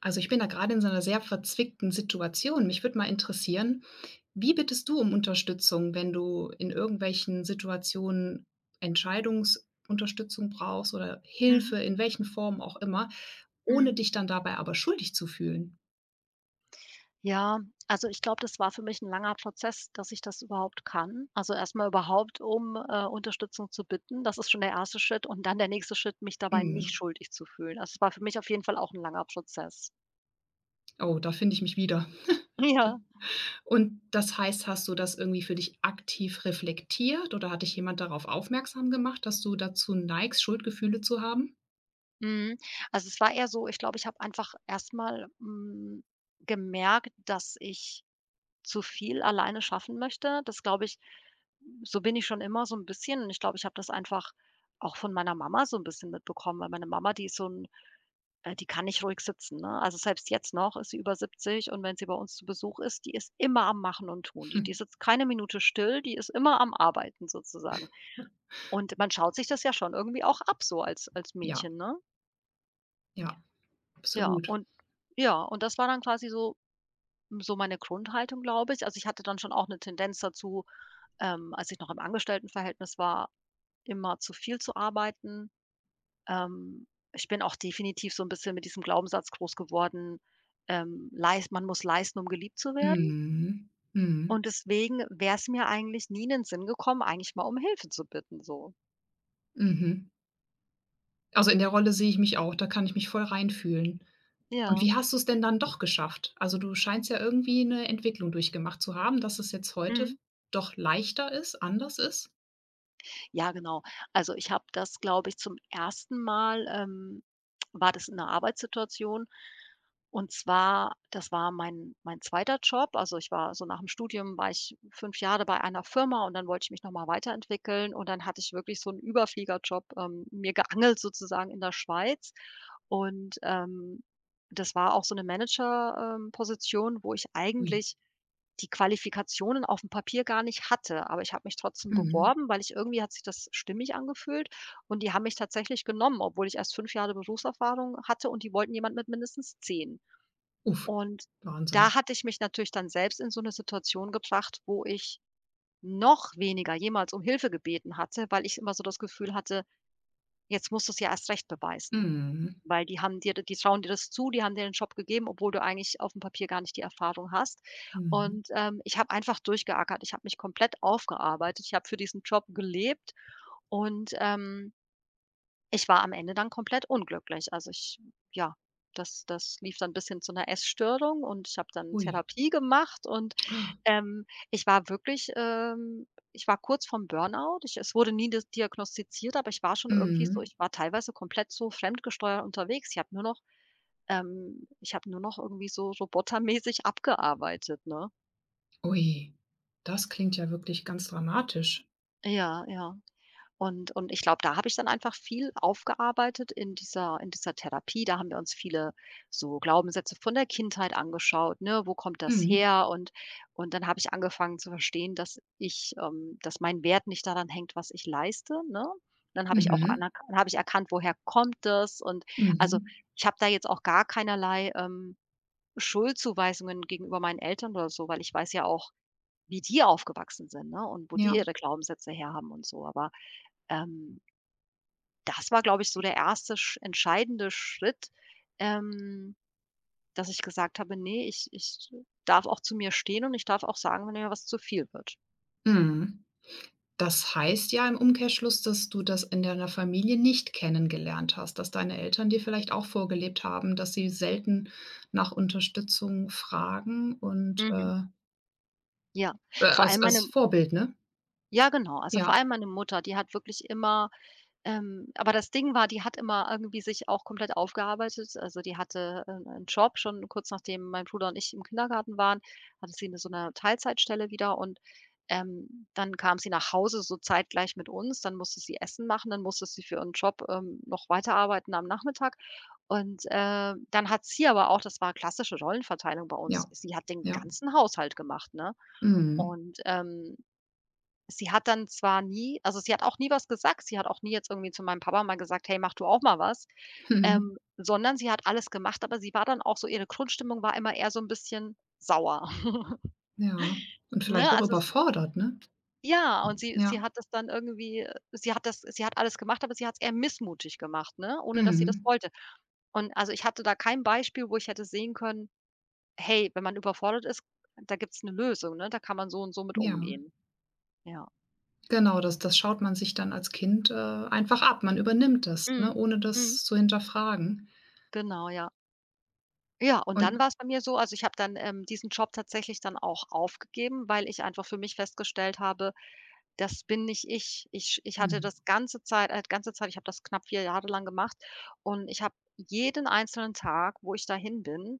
Also ich bin da gerade in so einer sehr verzwickten Situation. Mich würde mal interessieren, wie bittest du um Unterstützung, wenn du in irgendwelchen Situationen Entscheidungsunterstützung brauchst oder Mhm, Hilfe, in welchen Formen auch immer, ohne mhm. dich dann dabei aber schuldig zu fühlen? Ja, also ich glaube, das war für mich ein langer Prozess, dass ich das überhaupt kann. Also, erstmal überhaupt um, Unterstützung zu bitten, das ist schon der erste Schritt und dann der nächste Schritt, mich dabei nicht Mhm. schuldig zu fühlen. Also, es war für mich auf jeden Fall auch ein langer Prozess. Oh, da finde ich mich wieder. Ja, Und das heißt, hast du das irgendwie für dich aktiv reflektiert oder hat dich jemand darauf aufmerksam gemacht, dass du dazu neigst, Schuldgefühle zu haben? mhm. Also, es war eher so, ich glaube, ich habe einfach gemerkt, dass ich zu viel alleine schaffen möchte. Das glaube ich. So bin ich schon immer so ein bisschen und ich glaube, ich habe das einfach auch von meiner Mama so ein bisschen mitbekommen, weil meine Mama, die ist so ein die kann nicht ruhig sitzen, ne? Also, selbst jetzt noch ist sie über 70 und wenn sie bei uns zu Besuch ist, die ist immer am Machen und Tun. Die Hm, sitzt keine Minute still, die ist immer am Arbeiten sozusagen. Und man schaut sich das ja schon irgendwie auch ab so als ja, Mädchen, ne? ja, Ja, absolut. und ja, und das war dann quasi so meine Grundhaltung, glaube ich. Also, ich hatte dann schon auch eine Tendenz dazu, als ich noch im Angestelltenverhältnis war, immer zu viel zu arbeiten. Ähm, Ich bin auch definitiv so ein bisschen mit diesem Glaubenssatz groß geworden, leis man muss leisten, um geliebt zu werden. Mhm. Mhm. Und deswegen wäre es mir eigentlich nie in den Sinn gekommen, eigentlich mal um Hilfe zu bitten so. Mhm. Also, in der Rolle sehe ich mich auch, da kann ich mich voll reinfühlen. Und Ja. wie hast du es denn dann doch geschafft? Also, du scheinst ja irgendwie eine Entwicklung durchgemacht zu haben, dass es jetzt heute Mhm. doch leichter ist, anders ist? Ja, genau. Also, ich habe das, glaube ich, zum ersten Mal, war das in 'ner Arbeitssituation. Und zwar das war mein zweiter Job. Also, ich war so nach'm Studium war ich 5 Jahre bei einer Firma und dann wollte ich mich noch mal weiterentwickeln und dann hatte ich wirklich so 'n Überfliegerjob, mir geangelt sozusagen in der Schweiz. Und, das war auch so 'ne Manager Position, wo ich Ui. eigentlich die Qualifikationen auf dem Papier gar nicht hatte. Aber ich habe mich trotzdem Mhm. beworben, weil ich irgendwie hat sich das stimmig angefühlt und die haben mich tatsächlich genommen, obwohl ich erst 5 Jahre Berufserfahrung hatte und die wollten jemand mit mindestens 10. Uff. Und Wahnsinn. da hatte ich mich natürlich dann selbst in so 'ne Situation gebracht, wo ich noch weniger jemals um Hilfe gebeten hatte, weil ich immer so das Gefühl hatte: „Jetzt musst du's ja erst recht beweisen.“ Mhm. Weil die trauen dir das zu, die haben dir den Job gegeben, obwohl du eigentlich auf dem Papier gar nicht die Erfahrung hast. Mhm. Und, ich habe einfach durchgeackert. Ich habe mich komplett aufgearbeitet. Ich habe für diesen Job gelebt und, ich war am Ende dann komplett unglücklich. Also, ich Ja, das lief dann bis hin zu einer Essstörung und ich habe dann Ui. Therapie gemacht und, Ah. ähm, ich war wirklich, ähm ich war kurz vom Burnout. Ich Es wurde nie dis diagnostiziert, aber ich war schon irgendwie so, Mhm. ich war teilweise komplett so fremdgesteuert unterwegs. Ich habe nur noch irgendwie so robotermäßig abgearbeitet, ne? Ui. Das klingt ja wirklich ganz dramatisch. Ja, ja. Und ich glaube, da habe ich dann einfach viel aufgearbeitet in dieser Therapie. Da haben wir uns viele so Glaubenssätze von der Kindheit angeschaut, ne? Wo kommt das Mhm. her? Und dann habe ich angefangen zu verstehen, dass mein Wert nicht daran hängt, was ich leiste, ne? Dann habe ich auch Mhm. anerk habe ich erkannt, woher kommt das? Und also, Mhm. ich habe da jetzt auch gar keinerlei, Schuldzuweisungen gegenüber meinen Eltern oder so, weil ich weiß ja auch, wie die aufgewachsen sind, ne, und wo die Ja. ihre Glaubenssätze herhaben und so. Aber, ähm, das war, glaube ich, so der erste sch entscheidende Schritt, ähm, dass ich gesagt habe: „Nee, ich darf auch zu mir stehen und ich darf auch sagen, wenn mir was zu viel wird.“ Mhm. Das heißt ja im Umkehrschluss, dass du das in deiner Familie nicht kennengelernt hast, dass deine Eltern dir vielleicht auch vorgelebt haben, dass sie selten nach Unterstützung fragen und, Mhm. äh, Ja. äh, Vor allem als meine als Vorbild, ne? Ja, genau, also, Ja, vor allem meine Mutter, die hat wirklich immer. Aber das Ding war, die hat immer irgendwie sich auch komplett aufgearbeitet. Also, die hatte 'n Job schon kurz nachdem mein Bruder und ich im Kindergarten waren, hatte sie in so einer Teilzeitstelle wieder und, dann kam sie nach Hause so zeitgleich mit uns. Dann musste sie Essen machen, dann musste sie für ihren Job, noch weiterarbeiten am Nachmittag. Und, dann hat sie aber auch das war klassische Rollenverteilung bei uns. ja, Sie hat den ja. ganzen Haushalt gemacht, ne? Mhm. Und, sie hat auch nie was gesagt. Sie hat auch nie jetzt irgendwie zu meinem Papa mal gesagt: „Hey, mach du auch mal was.“ Mhm. Sondern sie hat alles gemacht, aber sie war dann auch so, ihre Grundstimmung war immer eher so 'n bisschen sauer, Ja. Und ne? vielleicht auch Also, s überfordert, ne? ja, und sie Ja. sie hat das dann irgendwie sie hat alles gemacht, aber sie hat's eher missmutig gemacht, ne, ohne dass sie das Mhm. wollte. Und also, ich hatte da kein Beispiel, wo ich hätte sehen können: „Hey, wenn man überfordert ist, da gibt's 'ne Lösung, ne? Da kann man so und so mit Ja. umgehen.“ Ja. Genau, das schaut man sich dann als Kind, einfach ab. Man übernimmt das, ne, Mhm. ohne Mhm. das zu hinterfragen. Genau, ja. Ja, und dann Und. war es bei mir so, also ich habe dann, diesen Job tatsächlich dann auch aufgegeben, weil ich einfach für mich festgestellt habe, das bin nicht ich. Ich hatte Mhm. das ganze Zeit, ich habe das knapp 4 Jahre lang gemacht und ich habe jeden einzelnen Tag, wo ich dahin bin.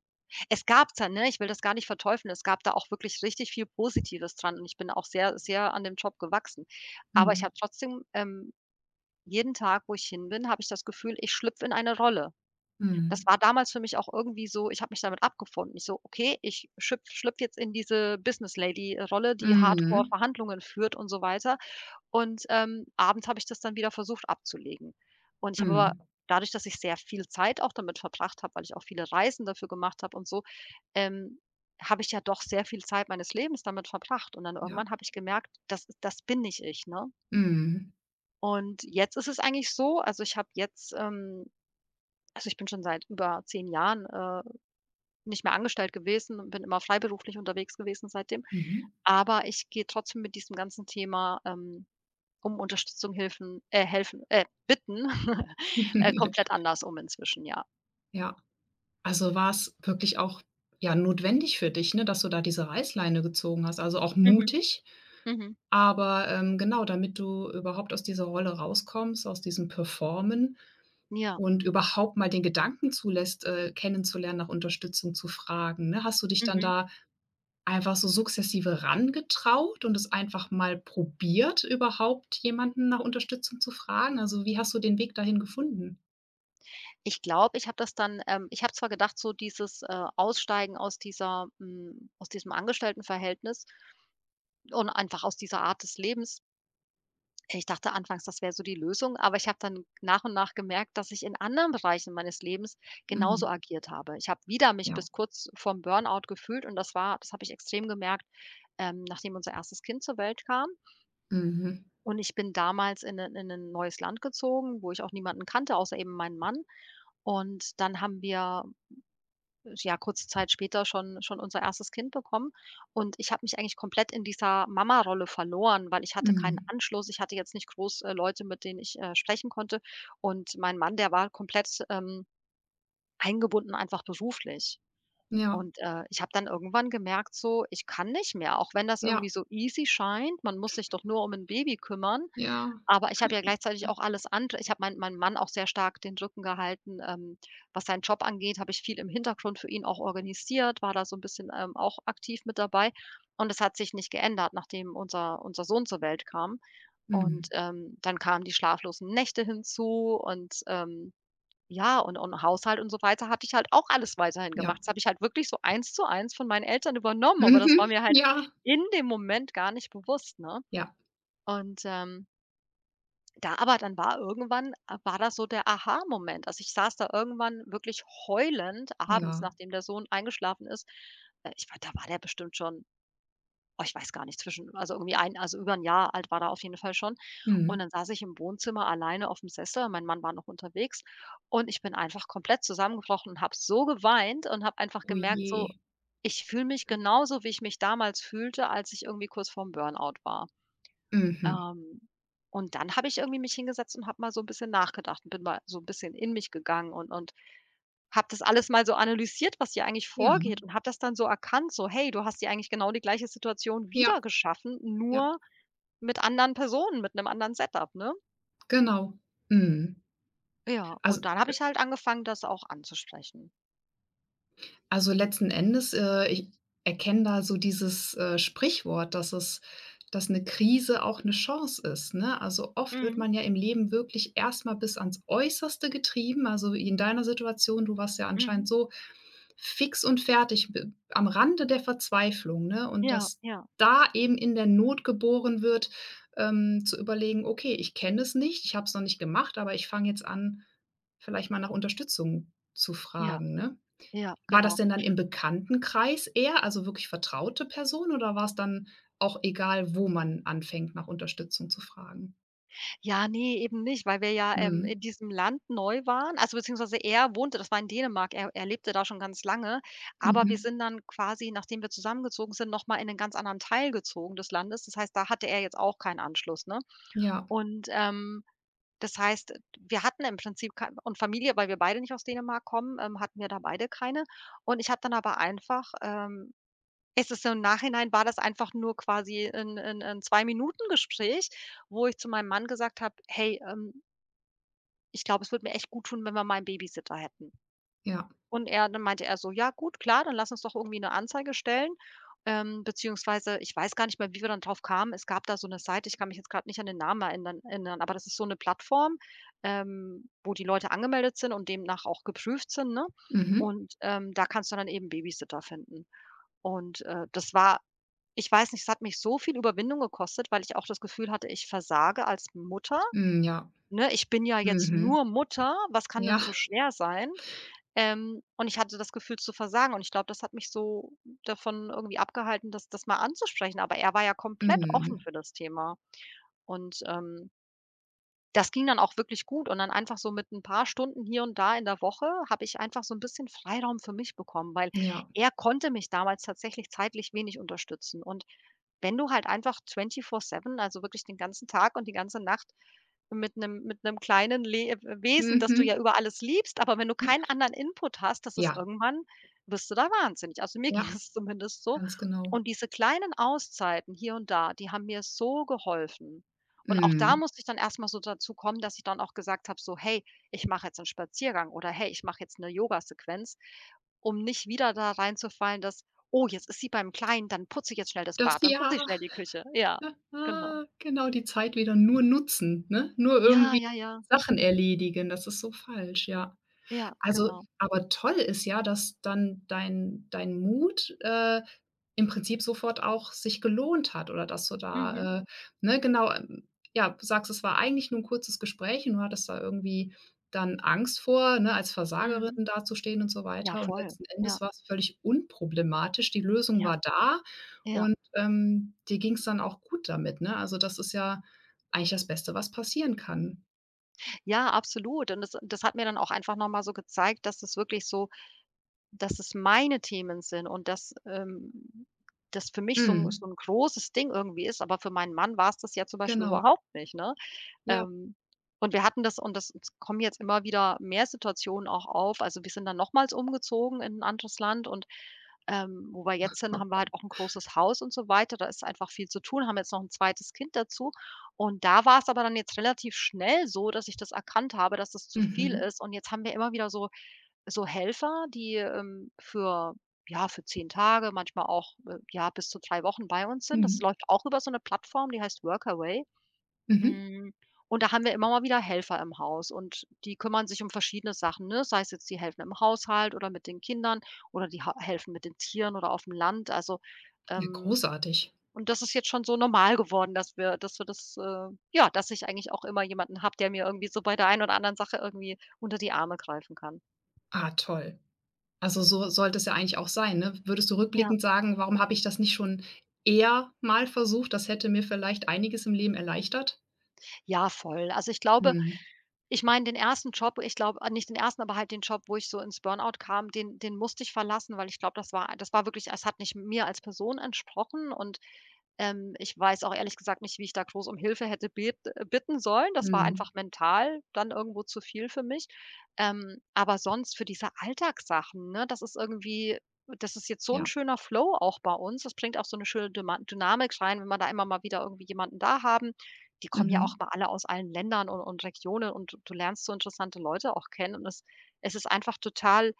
Es gab da, ne, ich will das gar nicht verteufeln, es gab da auch wirklich richtig viel Positives dran und ich bin auch sehr, sehr an dem Job gewachsen. Aber ich Mhm. habe trotzdem, jeden Tag, wo ich hin bin, habe ich das Gefühl, ich schlüpfe in eine Rolle. Das Mhm. war damals für mich auch irgendwie so, ich habe mich damit abgefunden. Ich so: „Okay, ich schüpf schlüpfe schlüpf jetzt in diese Business-Lady-Rolle, die Mhm. Hardcore-Verhandlungen führt und so weiter.“ Und, abends habe ich das dann wieder versucht abzulegen. Und ich habe aber Mhm. dadurch, dass ich sehr viel Zeit auch damit verbracht habe, weil ich auch viele Reisen dafür gemacht habe und so, ähm, habe ich ja doch sehr viel Zeit meines Lebens damit verbracht. Und dann Ja. irgendwann habe ich gemerkt, das bin nicht ich, ne? Mhm. Und jetzt ist es eigentlich so, also also, ich bin schon seit über 10 Jahren, nicht mehr angestellt gewesen und bin immer freiberuflich unterwegs gewesen seitdem. Mhm. Aber ich gehe trotzdem mit diesem ganzen Thema, um Unterstützung hilfen helfen bitten, komplett anders um inzwischen, ja. Ja. Also, war es wirklich auch, ja, notwendig für dich, ne, dass du da diese Reißleine gezogen hast, also auch Mhm, mutig, mhm. aber, genau, damit du überhaupt aus dieser Rolle rauskommst, aus diesem Performen Ja. und überhaupt mal den Gedanken zulässt, kennenzulernen, nach Unterstützung zu fragen, ne? Hast du dich dann Mhm. da einfach so sukzessive rangetraut und es einfach mal probiert, überhaupt jemanden nach Unterstützung zu fragen? Also, wie hast du den Weg dahin gefunden? Ich glaube, ich habe zwar gedacht, so dieses, Aussteigen aus aus diesem Angestelltenverhältnis und einfach aus dieser Art des Lebens. Ich dachte anfangs, das wäre so die Lösung, aber ich habe dann nach und nach gemerkt, dass ich in anderen Bereichen meines Lebens genauso Mhm. agiert habe. Ich habe wieder mich Ja. bis kurz vorm Burnout gefühlt und das habe ich extrem gemerkt, nachdem unser erstes Kind zur Welt kam. Mhm. Und ich bin damals in ein in 'nen neues Land gezogen, wo ich auch niemanden kannte, außer eben meinen Mann. Und dann haben wir ja, kurze Zeit später schon unser erstes Kind bekommen. Und ich habe mich eigentlich komplett in dieser Mama-Rolle verloren, weil ich hatte keinen Mhm. Anschluss. Ich hatte jetzt nicht groß, Leute, mit denen ich, sprechen konnte. Und mein Mann, der war komplett, eingebunden einfach beruflich. Ja, Und, ich habe dann irgendwann gemerkt so, ich kann nicht mehr, auch wenn das irgendwie ja, so easy scheint. Man muss sich doch nur um ein Baby kümmern. ja. Aber ich habe ja gleichzeitig auch alles andere. Ich habe meinem Mann auch sehr stark den Rücken gehalten, was seinen Job angeht, habe ich viel im Hintergrund für ihn auch organisiert, war da so ein bisschen, auch aktiv mit dabei. Und es hat sich nicht geändert, nachdem unser Sohn zur Welt kam. Und, Mhm. Dann kamen die schlaflosen Nächte hinzu und, ja, und Haushalt und so weiter hatte ich halt auch alles weiterhin Ja. gemacht. Das habe ich halt wirklich so eins zu eins von meinen Eltern übernommen, aber das Mhm. war mir halt Ja, in dem Moment gar nicht bewusst, ne? ja, Und, da aber dann war das so der Aha-Moment. Also, ich saß da irgendwann wirklich heulend abends, ja. nachdem der Sohn eingeschlafen ist. Ich war Da war der bestimmt schon, oh, ich weiß gar nicht, zwischen also, irgendwie ein also, über ein Jahr alt war er auf jeden Fall schon. Und Mhm. dann saß ich im Wohnzimmer alleine auf dem Sessel, mein Mann war noch unterwegs und ich bin einfach komplett zusammengebrochen und habe so geweint und habe einfach Oh gemerkt so, je. ich fühle mich genauso, wie ich mich damals fühlte, als ich irgendwie kurz vorm Burnout war. Mhm. Ähm, und dann habe ich irgendwie mich hingesetzt und habe mal so ein bisschen nachgedacht und bin mal so ein bisschen in mich gegangen und habe das alles mal so analysiert, was hier eigentlich Ja, vorgeht und habe das dann so erkannt, so: „Hey, du hast dir eigentlich genau die gleiche Situation ja, wieder geschaffen, ja, nur mit anderen Personen, mit einem anderen Setup“, ne? genau. Mhm. Ja, und Also dann habe ich halt angefangen, das auch anzusprechen. Also, letzten Endes, ich erkenne da so dieses, Sprichwort, dass eine Krise auch eine Chance ist, ne? Also, oft wird Mhm, man ja im Leben wirklich erstmal bis ans Äußerste getrieben. Also, in deiner Situation, du warst ja anscheinend mhm. so fix und fertig, b am Rande der Verzweiflung, ne? Und Ja, dass ja, da eben in der Not geboren wird, zu überlegen: „Okay, ich kenne es nicht, ich habe es noch nicht gemacht, aber ich fange jetzt an, vielleicht mal nach Unterstützung zu ja, fragen“, ne? ja, War das genau. denn dann im Bekanntenkreis eher, also wirklich vertraute Personen oder war es dann auch egal, wo man anfängt, nach Unterstützung zu fragen? Ja, nee, eben nicht, weil wir ja, in Mhm. diesem Land neu waren, also beziehungsweise er wohnte, das war in Dänemark, er lebte da schon ganz lange, aber wir Mhm. sind dann quasi, nachdem wir zusammengezogen sind, noch mal in einen ganz anderen Teil gezogen des Landes. Das heißt, da hatte er jetzt auch keinen Anschluss, ne? Ja, Und, das heißt, wir hatten im Prinzip kei und Familie, weil wir beide nicht aus Dänemark kommen, hatten wir da beide keine. Und ich habe dann aber einfach, es ist, so im Nachhinein, war das einfach nur quasi 'n 2 Minuten Gespräch, wo ich zu meinem Mann gesagt habe: „Hey, ich glaube, es würde mir echt guttun, wenn wir mal 'n Babysitter hätten.“ ja. Und er dann meinte er so: „Ja gut, klar, dann lass uns doch irgendwie 'ne Anzeige stellen.“ beziehungsweise ich weiß gar nicht mehr, wie wir dann drauf kamen. Es gab da so 'ne Seite, ich kann mich jetzt grad nicht an den Namen erinnern, aber das ist so 'ne Plattform, wo die Leute angemeldet sind und demnach auch geprüft sind, ne? Mhm. Und, da kannst du dann eben Babysitter finden. Und, das war, ich weiß nicht, es hat mich so viel Überwindung gekostet, weil ich auch das Gefühl hatte, ich versage als Mutter, Hm, ja. ne? Ich bin ja jetzt Mhm. nur Mutter, was kann Ja. denn so schwer sein? Und ich hatte das Gefühl zu versagen und ich glaube, das hat mich so davon irgendwie abgehalten, das mal anzusprechen, aber er war ja komplett offen Mhm. für das Thema und, das ging dann auch wirklich gut und dann einfach so mit 'n paar Stunden hier und da in der Woche habe ich einfach so 'n bisschen Freiraum für mich bekommen, weil Ja. er konnte mich damals tatsächlich zeitlich wenig unterstützen. Und wenn du halt einfach 24/7, also wirklich den ganzen Tag und die ganze Nacht mit 'nem kleinen Le Wesen, das du Mhm. ja über alles liebst, aber wenn du keinen anderen Input hast, das ist Ja, irgendwann, wirst du da wahnsinnig. Also, mir ging ja, es zumindest so. ganz genau. Und diese kleinen Auszeiten hier und da, die haben mir so geholfen. Und auch da Mhm. musste ich dann erstmal so dazu kommen, dass ich dann auch gesagt habe, so: „Hey, ich mache jetzt einen Spaziergang“ oder „Hey, ich mache jetzt eine Yoga Sequenz“, um nicht wieder da reinzufallen, dass: „Oh, jetzt ist sie beim Kleinen, dann putze ich jetzt schnell das Das Bad, dann putze ja, ich schnell die Küche.“ Ja, genau. genau, die Zeit wieder nur nutzen, ne? Nur Ja, irgendwie ja, ja. Sachen erledigen, das ist so falsch, ja. Ja, Also, genau. aber toll ist ja, dass dann dein Mut, im Prinzip sofort auch sich gelohnt hat oder dass du Mhm, da, ne, genau, ja, du sagst, es war eigentlich nur ein kurzes Gespräch und du hattest da irgendwie dann Angst vor, ne, als Versagerin mhm. dazustehen und so Ja, weiter und voll. letzten Ja, Endes war es völlig unproblematisch. Die Lösung ja, war da ja. und, dir ging es dann auch gut damit, ne? Also, das ist ja eigentlich das Beste, was passieren kann. Ja, absolut. Und das hat mir dann auch einfach noch mal so gezeigt, dass es wirklich so, dass es meine Themen sind und dass, das für mich Mhm, so 'n großes Ding irgendwie ist, aber für meinen Mann war's das ja zum Beispiel genau, überhaupt nicht, ne? ja. Ähm, und wir hatten das und das es kommen jetzt immer wieder mehr Situationen auch auf. Also, wir sind dann nochmals umgezogen in 'n anderes Land und, wo wir jetzt sind, haben wir halt auch 'n großes Haus und so weiter. Da ist einfach viel zu tun, haben jetzt noch 'n zweites Kind dazu. Und da war's aber dann jetzt relativ schnell so, dass ich das erkannt habe, dass das zu viel Mhm. ist. Und jetzt haben wir immer wieder so so Helfer, die, für, ja, für 10 Tage, manchmal auch, ja, bis zu 3 Wochen bei uns sind. Das Mhm. läuft auch über so eine Plattform, die heißt Workaway. Mhm. Hm, und da haben wir immer mal wieder Helfer im Haus und die kümmern sich um verschiedene Sachen, ne? Sei es jetzt, die helfen im Haushalt oder mit den Kindern oder die ha helfen mit den Tieren oder auf dem Land. Also, Ja, ähm großartig. und das ist jetzt schon so normal geworden, dass wir das, ja, dass ich eigentlich auch immer jemanden habe, der mir irgendwie so bei der einen oder anderen Sache irgendwie unter die Arme greifen kann. Ah, toll. Also, so sollte es ja eigentlich auch sein, ne? Würdest du Ja. rückblickend sagen: „Warum habe ich das nicht schon eher mal versucht? Das hätte mir vielleicht einiges im Leben erleichtert?“ Ja, voll. Also, ich glaube, Mhm. ich meine, den ersten Job, ich glaube, ah, nicht den ersten, aber halt den Job, wo ich so ins Burnout kam, den musste ich verlassen, weil ich glaube, das war, das war wirklich, es hat nicht mir als Person entsprochen und, ich weiß auch ehrlich gesagt nicht, wie ich da groß um Hilfe hätte bet bitten sollen. Das war Mhm. einfach mental dann irgendwo zu viel für mich. Aber sonst für diese Alltagssachen, ne, das ist irgendwie, das ist jetzt so ein Ja. schöner Flow auch bei uns. Das bringt auch so eine schöne Dyma Dynamik rein, wenn wir da immer mal wieder irgendwie jemanden da haben, die kommen ja auch Mhm. mal alle aus allen Ländern und Regionen und du lernst so interessante Leute auch kennen und es ist einfach total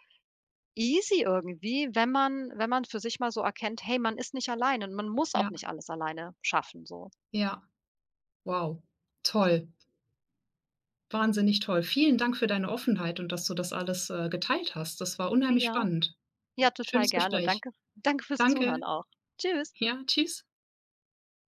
easy irgendwie, wenn man, wenn man für sich mal so erkennt: „Hey, man ist nicht alleine und man muss auch Ja. nicht alles alleine schaffen“, so. Ja. Wow. Toll. Wahnsinnig toll. Vielen Dank für deine Offenheit und dass du das alles, geteilt hast. Das war unheimlich Ja, spannend. ja, total Schönes gerne. Gespräch. Danke fürs Danke. Zuhören auch. Tschüss. Ja, tschüss.